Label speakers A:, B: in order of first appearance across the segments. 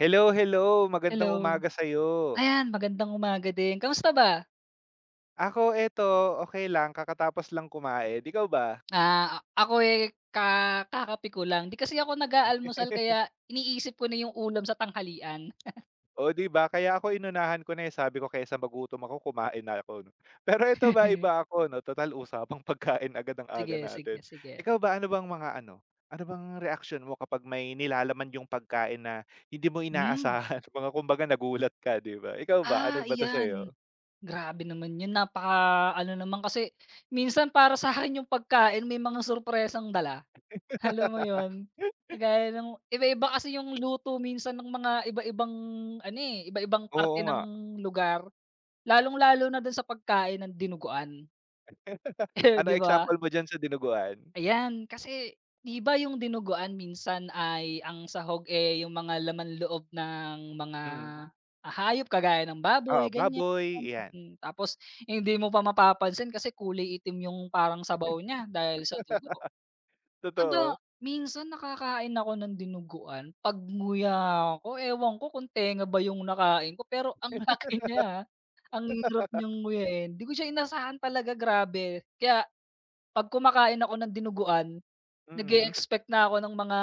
A: Hello, hello. Magandang
B: Hello.
A: umaga sa'yo.
B: Ayan, magandang umaga din. Kamusta ba?
A: Ako eto, okay lang kakatapos lang kumain, ikaw ba?
B: Ako, eh, kakape ko lang. 'Di kasi ako nag-aalmusal kaya iniisip ko na yung ulam sa tanghalian.
A: O 'di ba kaya ako inunahan ko na, eh, sabi ko kaysa magutom ako kumain na ako 'no. Pero ito ba iba ako 'no, total usapang pagkain agad ang aga
B: Sige,
A: natin.
B: sige, sige.
A: Ikaw ba, ano bang mga ano, ano bang reaksyon mo kapag may nilalaman yung pagkain na hindi mo
B: Hmm.
A: inaasahan, mga kumbaga nagulat ka 'di ba? Ikaw ba, ano
B: Ah,
A: ba 'to sa'yo?
B: iyan. Grabe naman 'yun, napaka-ano naman kasi minsan para sa akin yung pagkain may mga surpresang dala, alam mo 'yun? Kagaya nung iba-iba kasi yung luto minsan ng mga iba-ibang ano, eh, iba-ibang
A: Oo
B: parte
A: nga.
B: ng lugar. Lalong-lalo na dun sa pagkain ng dinuguan,
A: Ano
B: 'di ba?
A: example mo diyan sa dinuguan?
B: Ayan, kasi 'di ba yung dinuguan minsan ay ang sahog, eh, yung mga laman-loob ng mga,
A: Mm.
B: ah, hayop kagaya ng
A: Oo,
B: baboy ganyan,
A: baboy, 'yan.
B: mm. Tapos hindi mo pa mapapansin kasi kulay itim yung parang sabaw niya dahil sa dugo.
A: Totoo.
B: Aba, minsan nakakain ako ng dinuguan, 'pag nguya ako, ewan ko kung tenga ba yung nakain ko pero ang laki niya, ah. Ang hirap niyang nguyain, 'di ko siya inasahan talaga grabe. Kaya 'pag kumakain ako ng dinuguan, nag
A: Mm.
B: expect na ako ng mga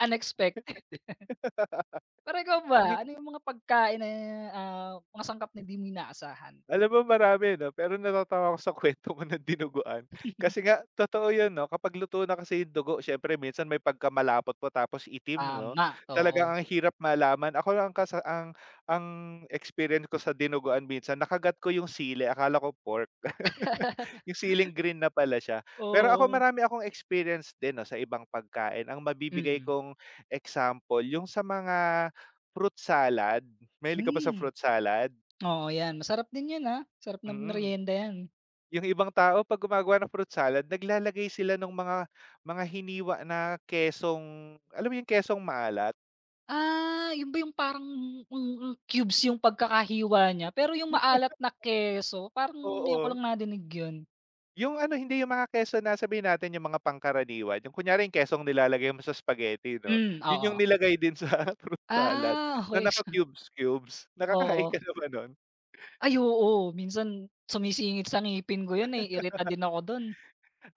B: unexpected. Pero ikaw ba,
A: Ang
B: ano yung mga pagkain na, ah, mga sangkap na hindi mo inaasahan?
A: Alam mo marami 'no, pero natatawa ako sa kuwento mo ng dinuguan. Kasi nga totoo 'yun 'no, kapag luto na kasi yung dugo siyempre minsan may pagkamalapot pa tapos itim 'no,
B: Tama, oo.
A: talagang ang hirap malaman. Ako lang kasa ang ang experience ko sa dinuguan minsan nakagat ko yung sili akala ko pork. Yung siling green na pala siya. Pero ako
B: Oo,
A: marami akong experience din 'no, sa ibang pagkain. Ang mabibigay
B: mm.
A: kong example yung sa mga fruit salad. Mahilig ka ba sa
B: Hmm,
A: fruit salad?
B: oo yan, masarap din yan, ah, sarap ng
A: Mm.
B: meryenda yan.
A: Yung ibang tao 'pag gumagawa ng fruit salad naglalagay sila ng mga hiniwa na kesong alam mo yung kesong maalat?
B: Ah, yun ba yung parang mm, mm, cubes yung pagkakahiwa niya, pero yung maalat na keso parang ngayon ko
A: Oo.
B: lang nadinig yun.
A: Yung ano hindi yung mga keso na sabihin natin yung mga pangkaraniwan, yung kunyari yung kesong nilalagay mo sa spaghetti 'no,
B: Hmm,
A: yun yung
B: oo.
A: nilagay din sa fruit salad
B: Ah,
A: na
B: okey.
A: naka-cubes-cubes. Nakakain
B: Oo.
A: ka na ba nun?
B: Ay, oo, minsan sumisingit sa ngipin ko yun, eh, irita din ako dun.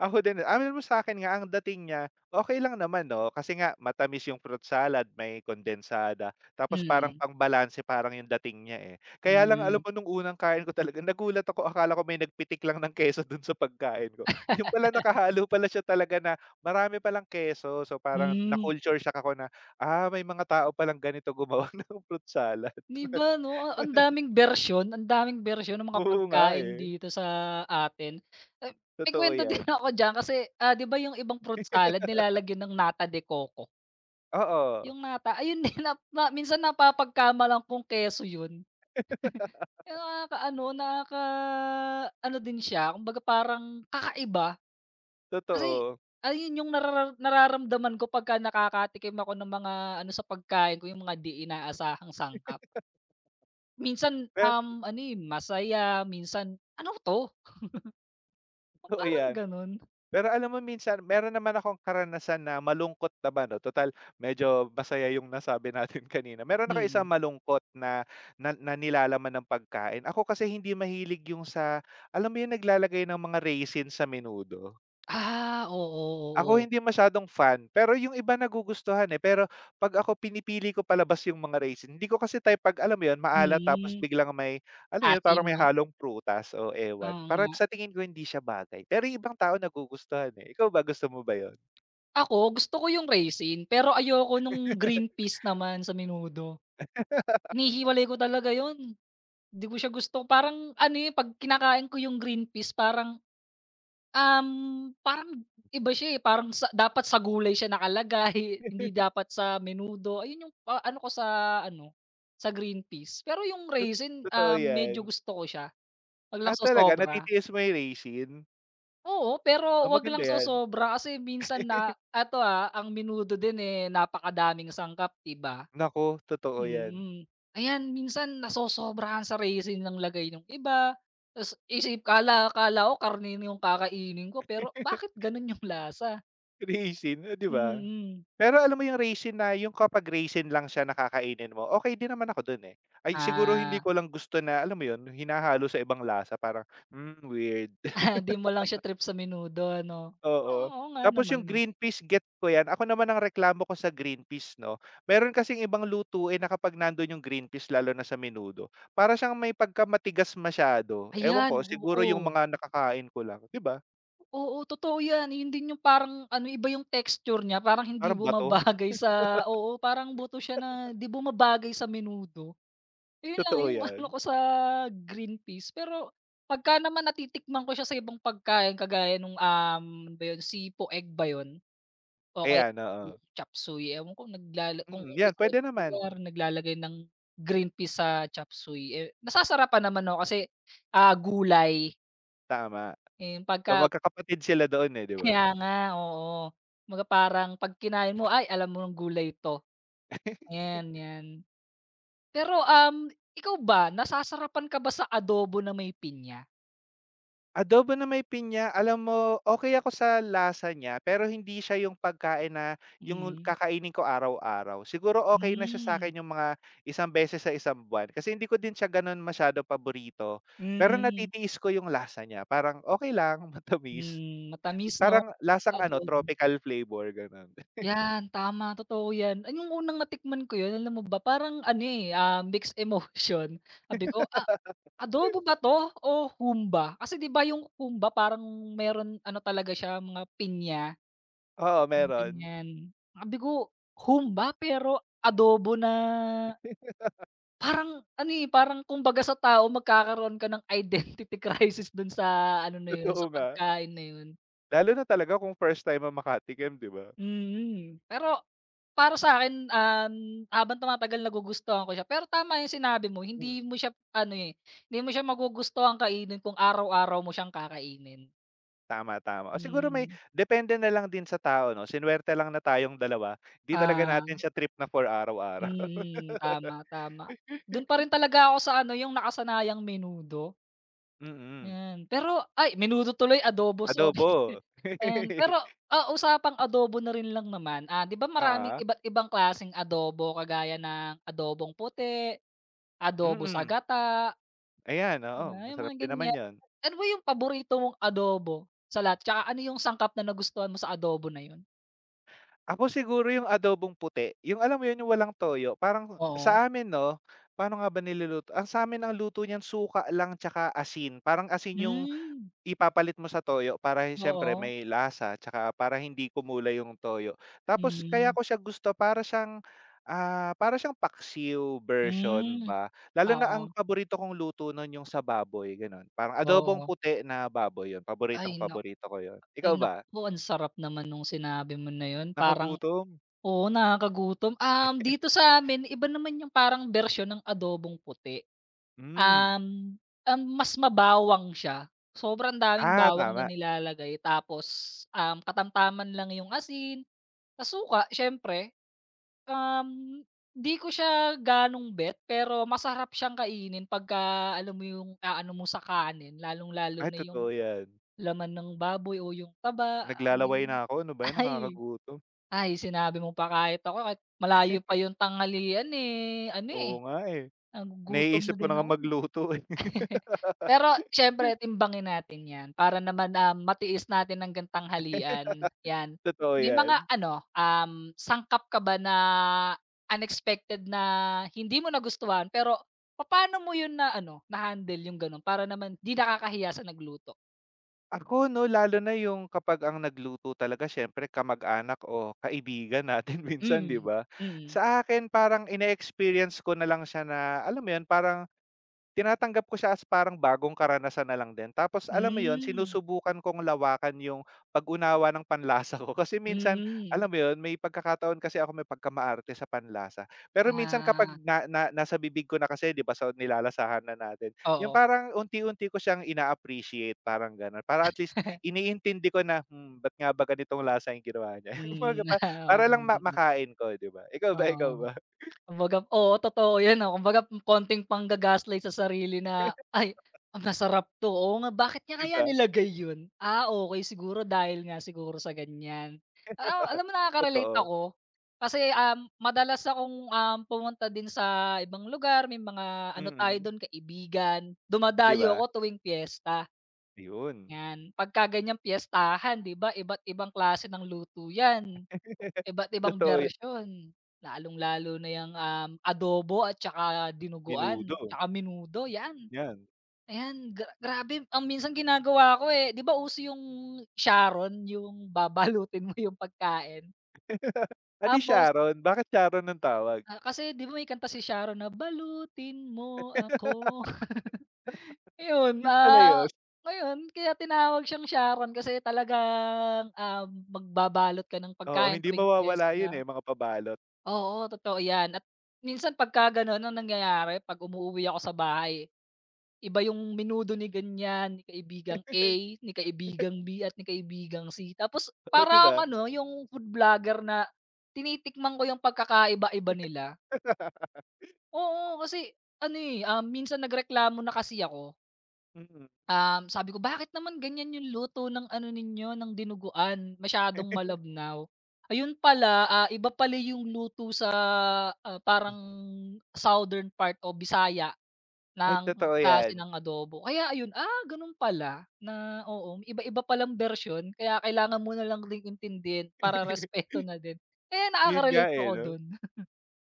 A: Ako din, Amin mo sa akin nga ang dating niya, okay lang naman 'no, kasi nga matamis yung fruit salad, may kondensada, tapos parang
B: Mm,
A: pangbalanse parang yung dating niya, eh. Kaya lang alam
B: mm,
A: mo nung unang kain ko talaga nagulat ako, akala ko may nagpitik lang ng keso dun sa pagkain ko. Yung pala nakahalo pala siya talaga na marami palang keso. So, parang
B: hmm.
A: na-culture shock ako na, "Ah, may mga tao palang ganito gumawa ng fruit salad."
B: 'Di ba 'no, a ang daming bersyon ng mga
A: Oo nga,
B: pagkain
A: eh,
B: dito sa atin. Eh, may
A: totoo
B: kwento din
A: yan.
B: ako diyan kasi, ah, 'di ba yung ibang fruit salad nilalagyan ng nata de coco?
A: Oo,
B: Yung nata ayun din nap na minsan napapagkamalan kong keso yun. Kaya nakakaano, nakaka-ano din siya kumbaga parang kakaiba kasi
A: totoo.
B: ayun yung nararamdaman ko pagka nakakatikim ako ng mga ano sa pagkain ko yung mga di inaasahang sangkap. Minsan,
A: Pero
B: ano, eh, masaya, minsan, "Ano 'to?"
A: totoo
B: Parang
A: yan.
B: ganun.
A: Pero alam mo minsan meron naman akong karanasan na malungkot naman 'no, total medyo masaya yung nasabi natin kanina. Meron ako isang
B: Mm.
A: malungkot na na na nilalaman ng pagkain. Ako kasi hindi mahilig yung sa alam mo yung naglalagay ng mga raisin sa menudo?
B: Ah, oo,
A: Ako
B: oo. Oo.
A: hindi masyadong fan, pero yung iba nagugustuhan, eh. Pero 'pag ako pinipili ko palabas yung mga raisin, hindi ko kasi type 'pag alam mo yun, maalat tapos
B: Mm,
A: biglang may ano yun,
B: asim
A: parang may
B: 'no?
A: halong prutas o ewan.
B: Oo
A: Parang
B: nga.
A: sa tingin ko hindi siya bagay, pero yung ibang tao nagugustuhan, eh. Ikaw ba, gusto mo ba yun?
B: Ako, gusto ko yung raisin, pero ayoko nung green peas naman sa menudo. Hinihiwalay ko talaga yun, di ko siya gusto. Parang ano, eh, 'pag kinakain ko yung green peas parang, um, parang iba siya, eh, parang sa dapat sa gulay siya nakalagay, hindi dapat sa menudo. Ayun yung, ah, ano ko sa ano, sa green peas. Pero yung raisin,
A: Totoo
B: ah, medyo
A: yan.
B: gusto ko siya, 'wag
A: Ah,
B: lang
A: talaga
B: sosobra.
A: natitiis mo yung raisin?
B: Oo, pero
A: Ah,
B: 'wag
A: maganda
B: lang
A: yan.
B: sosobra kasi minsan na ato ah, ang menudo din, eh, napakadaming sangkap, 'di ba?
A: Naku, totoo yan.
B: Mm. Ayan, minsan nasosobrahan sa resin ng lagay nung iba, ta's isip akala akala ko karne na yung kakainin ko pero bakit gano'n yung lasa?
A: Raisin, oh, 'di ba?
B: Mm.
A: Pero alam mo yung raisin na yung kapag raisin lang siya na kakainin mo, okey din naman ako dun, eh. Ay siguro hindi
B: Ah,
A: ko lang gusto na alam mo yun, hinahalo sa ibang lasa parang, "Hmm, weird."
B: di mo lang siya trip sa menudo ano? Oo,
A: Oo.
B: oo nga
A: Tapos
B: naman
A: yung
B: 'no.
A: green peas gets ko yan. Ako naman ang reklamo ko sa green peas 'no, meron kasing ibang lutuin na kapag nandun yung green peas lalo na sa menudo, para siyang may pagkamatigas masyado. Ewan
B: Ayan,
A: ko, siguro yung
B: oo.
A: mga nakakain ko lang, 'di ba?
B: Oo, totoo 'yan. Yun din yung parang ano, iba yung texture niya parang hindi
A: Parang bato.
B: bumabagay sa oo, parang buto siya na di bumabagay sa menudo. Yun lang
A: Totoo
B: yung ano
A: yan.
B: ko sa green peas, pero pagka naman natitikman ko siya sa ibang pagkain kagaya nung, ano ba yun, sipo egg ba yun o kaya
A: Ayan,
B: yung
A: oo.
B: chop suey, ewan ko naglala kung
A: Mm, yan
B: sa
A: pwede
B: ibang
A: naman,
B: lugar naglalagay ng green peas sa chop suey, eh, nasasarapan naman ako kasi, ah, gulay,
A: tama.
B: eh,
A: So,
B: pagka
A: magkakapatid sila doon, eh, 'di ba?
B: kaya nga, oo. Kumbaga parang 'pag kinain mo, ay alam mo ng gulay 'to, yan, yan. Pero, ikaw ba nasasarapan ka ba sa adobo na may pinya?
A: Adobo na may pinya, alam mo okay ako sa lasa niya, pero hindi siya yung pagkain na yung
B: Mm.
A: kakainin ko araw-araw. Siguro okay na siya sa
B: Hmm.
A: akin yung mga isang beses sa isang buwan, kasi hindi ko din siya gano'n masyado paborito. Pero
B: Mm.
A: natitiis ko yung lasa niya, parang okay lang, matamis.
B: Hmm, matamis 'no,
A: Parang
B: sa
A: lasang ano,
B: adobo.
A: tropical flavor, gano'n.
B: 'Yan tama, totoo 'yan. Ay, nung unang natikman ko 'yun alam mo ba parang ano, eh, ah, mixed emotion. Sabi ko, "Ah, adobo ba 'to o humba?" Kasi 'di ba yung humba parang meron ano talaga siya mga pinya,
A: Oo,
B: yung
A: meron,
B: ganyan. Sabi ko, "Humba pero adobo na parang ano, eh, parang kumbaga sa tao magkakaroon ka ng identity crisis dun sa ano na yun,
A: totoo
B: sa
A: nga.
B: pagkain na yun.
A: Lalo na talaga kung first time ang Makati Camp, 'di ba?
B: Mm. Pero para sa'kin, habang tumatagal nagugustuhan ko siya. Pero tama yung sinabi mo, hindi mo siya ano, eh, hindi mo siya magugustuhang kainin kung araw-araw mo siyang kakainin.
A: Tama, tama. O siguro may
B: Mm.
A: depende na lang din sa tao 'no, sinuwerte lang na tayong dalawa, 'di talaga
B: Ah,
A: natin siya trip na for araw-araw.
B: mm, tama, tama. Dun pa rin talaga ako sa ano, yung nakasanayang menudo.
A: Mm, mm.
B: 'Yan, pero ay menudo tuloy, adobo, sorry.
A: Adobo.
B: And pero, ah, usapang adobo na rin lang naman, ah, 'di ba maraming
A: Oo,
B: iba't ibang klaseng adobo kagaya ng adobong puti, adobo sa
A: mm,
B: gata,
A: ayan,
B: 'di
A: oo,
B: ba yung
A: masarap
B: mga
A: din naman
B: ganyan.
A: yon.
B: Ano ba yung paborito mong adobo sa lahat, tsaka ano yung sangkap na nagustuhan mo sa adobo na yun?
A: Ako siguro yung adobong puti, yung alam mo 'yun, yung walang toyo, parang
B: Oo.
A: sa amin 'no, paano nga ba niluluto, ang sa amin ang luto niyan suka lang 'tsaka asin, parang asin yung
B: Hmm,
A: ipapalit mo sa toyo para siyempre
B: oo,
A: may lasa tsaka para hindi kumulay yung toyo. Tapos kaya
B: mm,
A: ko siya gusto para siyang, ah, para siyang paksiw version
B: hmm,
A: ba. Lalo na ang
B: oo,
A: paborito kong luto nun yung sa baboy gano'n, parang adobong
B: oo.
A: puti na baboy yun,
B: Ay nak
A: paboritong-paborito ko yun.
B: ay
A: Ikaw ba?
B: naku, ang sarap naman nung sinabi mo na yun parang
A: Nakagutom?
B: Oo, nakakagutom. Dito sa amin iba naman yung parang version ng adobong puti.
A: Hmm.
B: Um, um, mas mabawang siya, sobrang daming
A: Ah,
B: bawang na
A: tama.
B: nilalagay tapos, katamtaman lang yung asin, tas suka siyempre. Um, 'Di ko siya gano'ng bet pero masarap siyang kainin pagka alam mo yung aano mo sa kanin lalong-lalo
A: Ay
B: na
A: totoo
B: yung
A: yan.
B: laman ng baboy o yung taba, ano yun.
A: Naglalaway na ako, ano ba yan
B: Ay.
A: nakakagutom.
B: Ay, sinabi mo pa kahit ako kahit malayo pa yung tanghalian, eh, ano,
A: Oo
B: eh,
A: nga, eh.
B: nagugutom na
A: Naiisip ko na
B: din
A: nga
B: ako, eh.
A: magluto, eh.
B: Pero siyempre timbangin natin 'yan para naman, ah, matiis natin hanggang tanghalian, 'yan.
A: Totoo
B: May mga
A: yan.
B: ano, sangkap ka ba na unexpected na hindi mo nagustuhan pero paano mo yun na ano, na-handle yung gano'n para naman 'di nakakahiya sa nagluto?
A: Ako 'no, lalo na yung kapag ang nagluto talaga siyempre kamag-anak o kaibigan natin minsan, 'di
B: Mm,
A: ba?
B: mm.
A: Sa akin parang ine-experience ko na lang siya na, alam mo yun, parang tinatanggap ko siya as parang bagong karanasan na lang din tapos alam mo yon
B: Hmm,
A: sinusubukan kong lawakan yung pag-unawa ng panlasa ko kasi minsan
B: mm.
A: alam mo yon may pagkakataon kasi ako may pagkamaarte sa panlasa. Pero minsan kapag
B: Ah,
A: na na nasa bibig ko na kasi 'di ba sa nilalasahan na natin, yung
B: oo.
A: parang unti-unti ko siyang ina-appreciate parang gano'n para at least iniintindi ko na, "Hmm, ba't nga ba ganitong lasa yung ginawa niya?" Yung mga
B: Hmm,
A: pa
B: oo
A: para
B: nga
A: lang ma
B: naman,
A: makain ko 'di ba? Ikaw ba, ikaw
B: oo.
A: ba?
B: Kumbaga oo, totoo 'yan, ah, kumbaga konting pangga-gaslight sa sarili na, "Ay, ang masarap 'to, oo nga, bakit niya
A: 'Di
B: kaya
A: ba?
B: nilagay 'yun? Ah, okey siguro dahil nga siguro sa ganiyan." Ah, alam mo nakaka-relate
A: Totoo.
B: ako kasi, madalas akong, pumunta din sa ibang lugar, may mga ano tayo
A: Mm,
B: do'n, kaibigan.
A: 'di
B: Dumadayo
A: ba?
B: ako tuwing piyesta,
A: Ayun.
B: 'yan. Pagka ganiyang piyestahan, 'di ba, iba't ibang klase ng luto 'yan. Iba't ibang
A: Totoo yan,
B: bersyon, lalong-lalo na yang, adobo at tsaka
A: menudo,
B: dinuguan, tsaka menudo yan,
A: yan.
B: ayan grabe ang minsan ginagawa ko, eh, 'di ba uso yung Sharon yung babalutin mo yung pagkain?
A: Ah, 'di
B: Tapos,
A: Sharon, bakit Sharon ang tawag?
B: ah, kasi 'di ba may kanta si Sharon na "Balutin mo ako." Ayun,
A: Yun pala
B: ah,
A: yun,
B: ngayon kaya tinawag siyang Sharon kasi talagang, magbabalot ka ng
A: oo,
B: pagkain
A: hindi
B: tuwing
A: mawawala yun,
B: piyesta.
A: eh, mga pabalot,
B: Oo, totoo 'yan at minsan pagka gano'n ang nangyayari 'pag umuwi ako sa bahay, iba yung menudo ni ganyan, ni kaibigang A, ni kaibigang B, at ni kaibigang C. Tapos
A: oo, 'di
B: parang
A: ba?
B: ano, yung food vlogger na tinitikman ko yung pagkakaiba-iba nila. Oo, kasi ano, eh, ah, minsan nagreklamo na kasi ako. Sabi ko, "Bakit naman ganyan yung luto ng ano ninyo, ng dinuguan, masyadong malabnaw?" Ayun pala, ah, iba pala yung luto sa, ah,
A: Mm,
B: parang southern part o Bisaya
A: ay
B: ng
A: totoo yan.
B: klase ng adobo. Kaya ayun, ah, gano'n pala na oo, iba-iba palang version kaya kailangan mo na lang ding intindihin para respeto na din. Kaya
A: Yun nga,
B: nakaka-relate
A: eh,
B: ako
A: 'no?
B: do'n.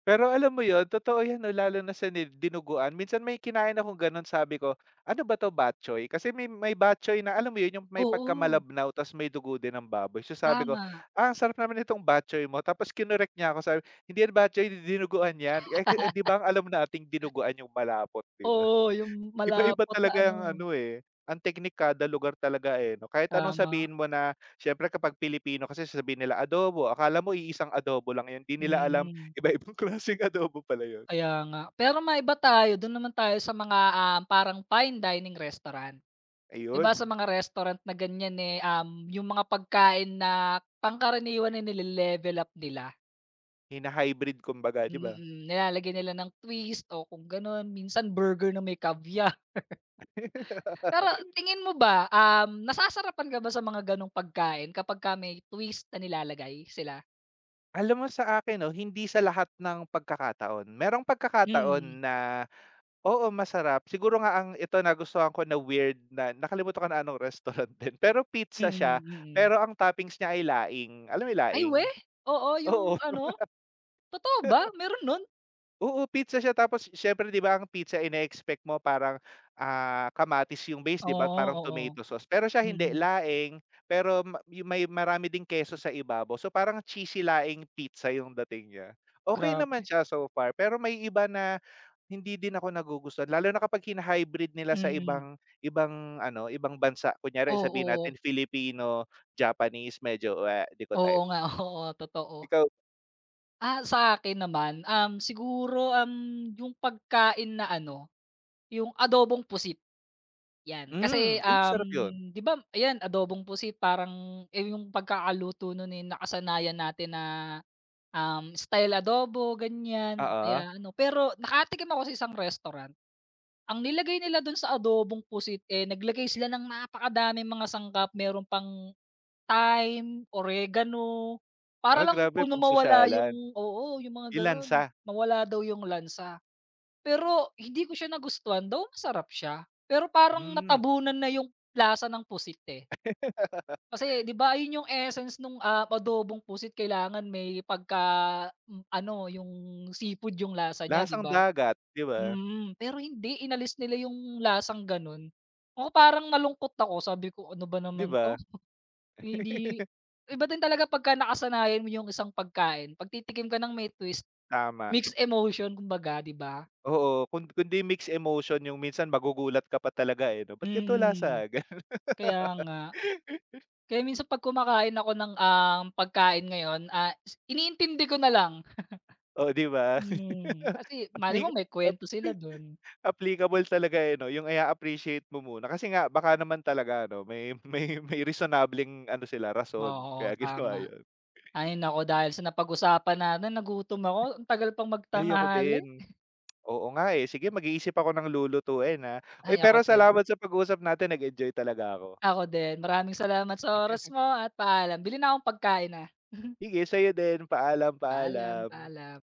A: Pero alam mo yun, totoo yan 'no, lalo na sa ni dinuguan. Minsan may kinain akong gano'n sabi ko, "Ano ba 'to, batchoy?" Kasi may batchoy na alam mo yun, yung may
B: Oo,
A: pagkamalabnaw ta's may dugo din ng baboy. So sabi ko,
B: tama.
A: "Ah, ang sarap naman nitong batchoy mo." Tapos kinorek niya ako sabi, "Hindi yan batchoy, dinuguan yan." Eh, ke eh, 'di ba ang alam nating dinuguan yung malapot, 'di ba?
B: Oo, yung
A: Iba-iba
B: malapot na
A: talaga ang
B: ano,
A: ano, eh, ang teknik kada lugar talaga, eh, 'no. Kahit anong
B: tama,
A: sabihin mo na siyempre kapag Pilipino kasi sasabihin nila, "Adobo." Akala mo iisang adobo lang 'yun, 'di nila alam
B: mm.
A: iba-ibang klaseng adobo pala 'yun.
B: Kaya nga. Pero maiba tayo, do'n naman tayo sa mga, parang fine dining restaurant. 'Di ba sa
A: Ayun,
B: mga restaurant na ganyan, eh, yung mga pagkain na pangkaraniwan ay nile-level up nila.
A: hina-hybrid kumbaga, 'di ba?
B: Mm, nilalagyan nila ng twist o kung gano'n, minsan burger na may caviar. Pero tingin mo ba, nasasarapan ka ba sa mga gano'ng pagkain kapagka may twist na nilalagay sila?
A: Alam mo sa akin 'no, hindi sa lahat ng pagkakataon. Merong pagkakataon
B: Mm,
A: na, oo, masarap. Siguro nga ang ito nagustuhan ko na weird na nakalimutan ko na anong restaurant din, pero pizza
B: mm,
A: siya,
B: mm.
A: pero ang toppings niya ay laing. Alam mo yung
B: Ay,
A: laing?
B: weh? Oo, yung
A: Oo,
B: ano, totoo ba meron nun?
A: oo pizza siya tapos siyempre 'di ba ang pizza ine-expect mo parang, ah, kamatis yung base 'di ba
B: Oo,
A: parang
B: oo.
A: tomato sauce, pero siya hindi
B: Mm.
A: laing, pero ma yung may marami ding keso sa ibabaw so parang cheesy laing pizza yung dating niya. Okey naman
B: Grabe,
A: siya so far pero may iba na hindi din ako nagugustuhan lalo na kapag hina-hybrid nila sa
B: mm.
A: ibang ibang ano, ibang bansa kunyari sabihin
B: Oo,
A: natin Filipino, Japanese medyo, eh, 'di ko
B: oo
A: type.
B: nga, oo, totoo.
A: Ikaw
B: Ah, sa akin naman, siguro, yung pagkain na ano, yung adobong pusit, 'yan.
A: hmm,
B: Kasi,
A: uy masarap yun,
B: 'di ba, ayan adobong pusit parang, eh, yung pagkakaluto nun, eh, nakasanayan natin na, style adobo ganyan o
A: oo.
B: kaya ano. Pero nakatikim ako sa isang restaurant, ang nilagay nila dun sa adobong pusit, eh, naglagay sila ng napakadaming mga sangkap, meron pang thyme, oregano, para
A: Ah,
B: lang
A: grabe
B: kung na mawala yung
A: pangsosyalan.
B: oo, yung mga
A: Yung
B: gano'n,
A: lansa,
B: mawala daw yung lansa. Pero hindi ko siya nagustuhan, though masarap siya, pero parang
A: hmm.
B: natabunan na yung lasa ng pusit, eh. Kasi 'di ba ayun yung essence nung, ah, adobong pusit kailangan may pagka m ano, yung seafood yung lasa niya, 'di
A: Lasang
B: ba?
A: dagat, 'di ba?
B: Mm, pero hindi inalis nila yung lasang gano'n. Ako parang nalungkot ako, sabi ko, "Ano ba
A: 'Di
B: naman 'to?"
A: ba?
B: Hindi iba din talaga pagka nakasanayan mo yung isang pagkain, 'pag titikim ka ng may twist,
A: Tama,
B: mixed emotion kumbaga, 'di ba?
A: oo, kun kundi mixed emotion yung minsan magugulat ka pa talaga, eh, 'no, "Ba't gan'to
B: Mm,
A: lasa?" Gano'n.
B: kaya nga. Kaya minsan 'pag kumakain ako ng, pagkain ngayon, ah, iniintindi ko na lang.
A: Oh, 'di ba?
B: Hmm, kasi malay
A: Apli
B: mo may
A: ap
B: kuwento sila dun.
A: applicable talaga, eh, 'no, yung i appreciate mo muna kasi nga baka naman talaga ano, may reasonableng ano sila rason kaya
B: Oo,
A: ginawa
B: tama.
A: yun.
B: Ay nako dahil sa napag-usapan natin nagutom ako, ang tagal pang
A: Ay, ako
B: magtanghali.
A: din. Oo nga, eh. Sige mag-iisip ako ng lulutuin, ah. Uy,
B: Ay ako
A: pero
B: din,
A: salamat sa pag-usap natin nag-enjoy talaga ako.
B: ako din. Maraming salamat sa oras mo at paalam. Bili na akong pagkain, ah.
A: Sige sa'yo din, paalam,
B: Paalam,
A: paalam.
B: paalam.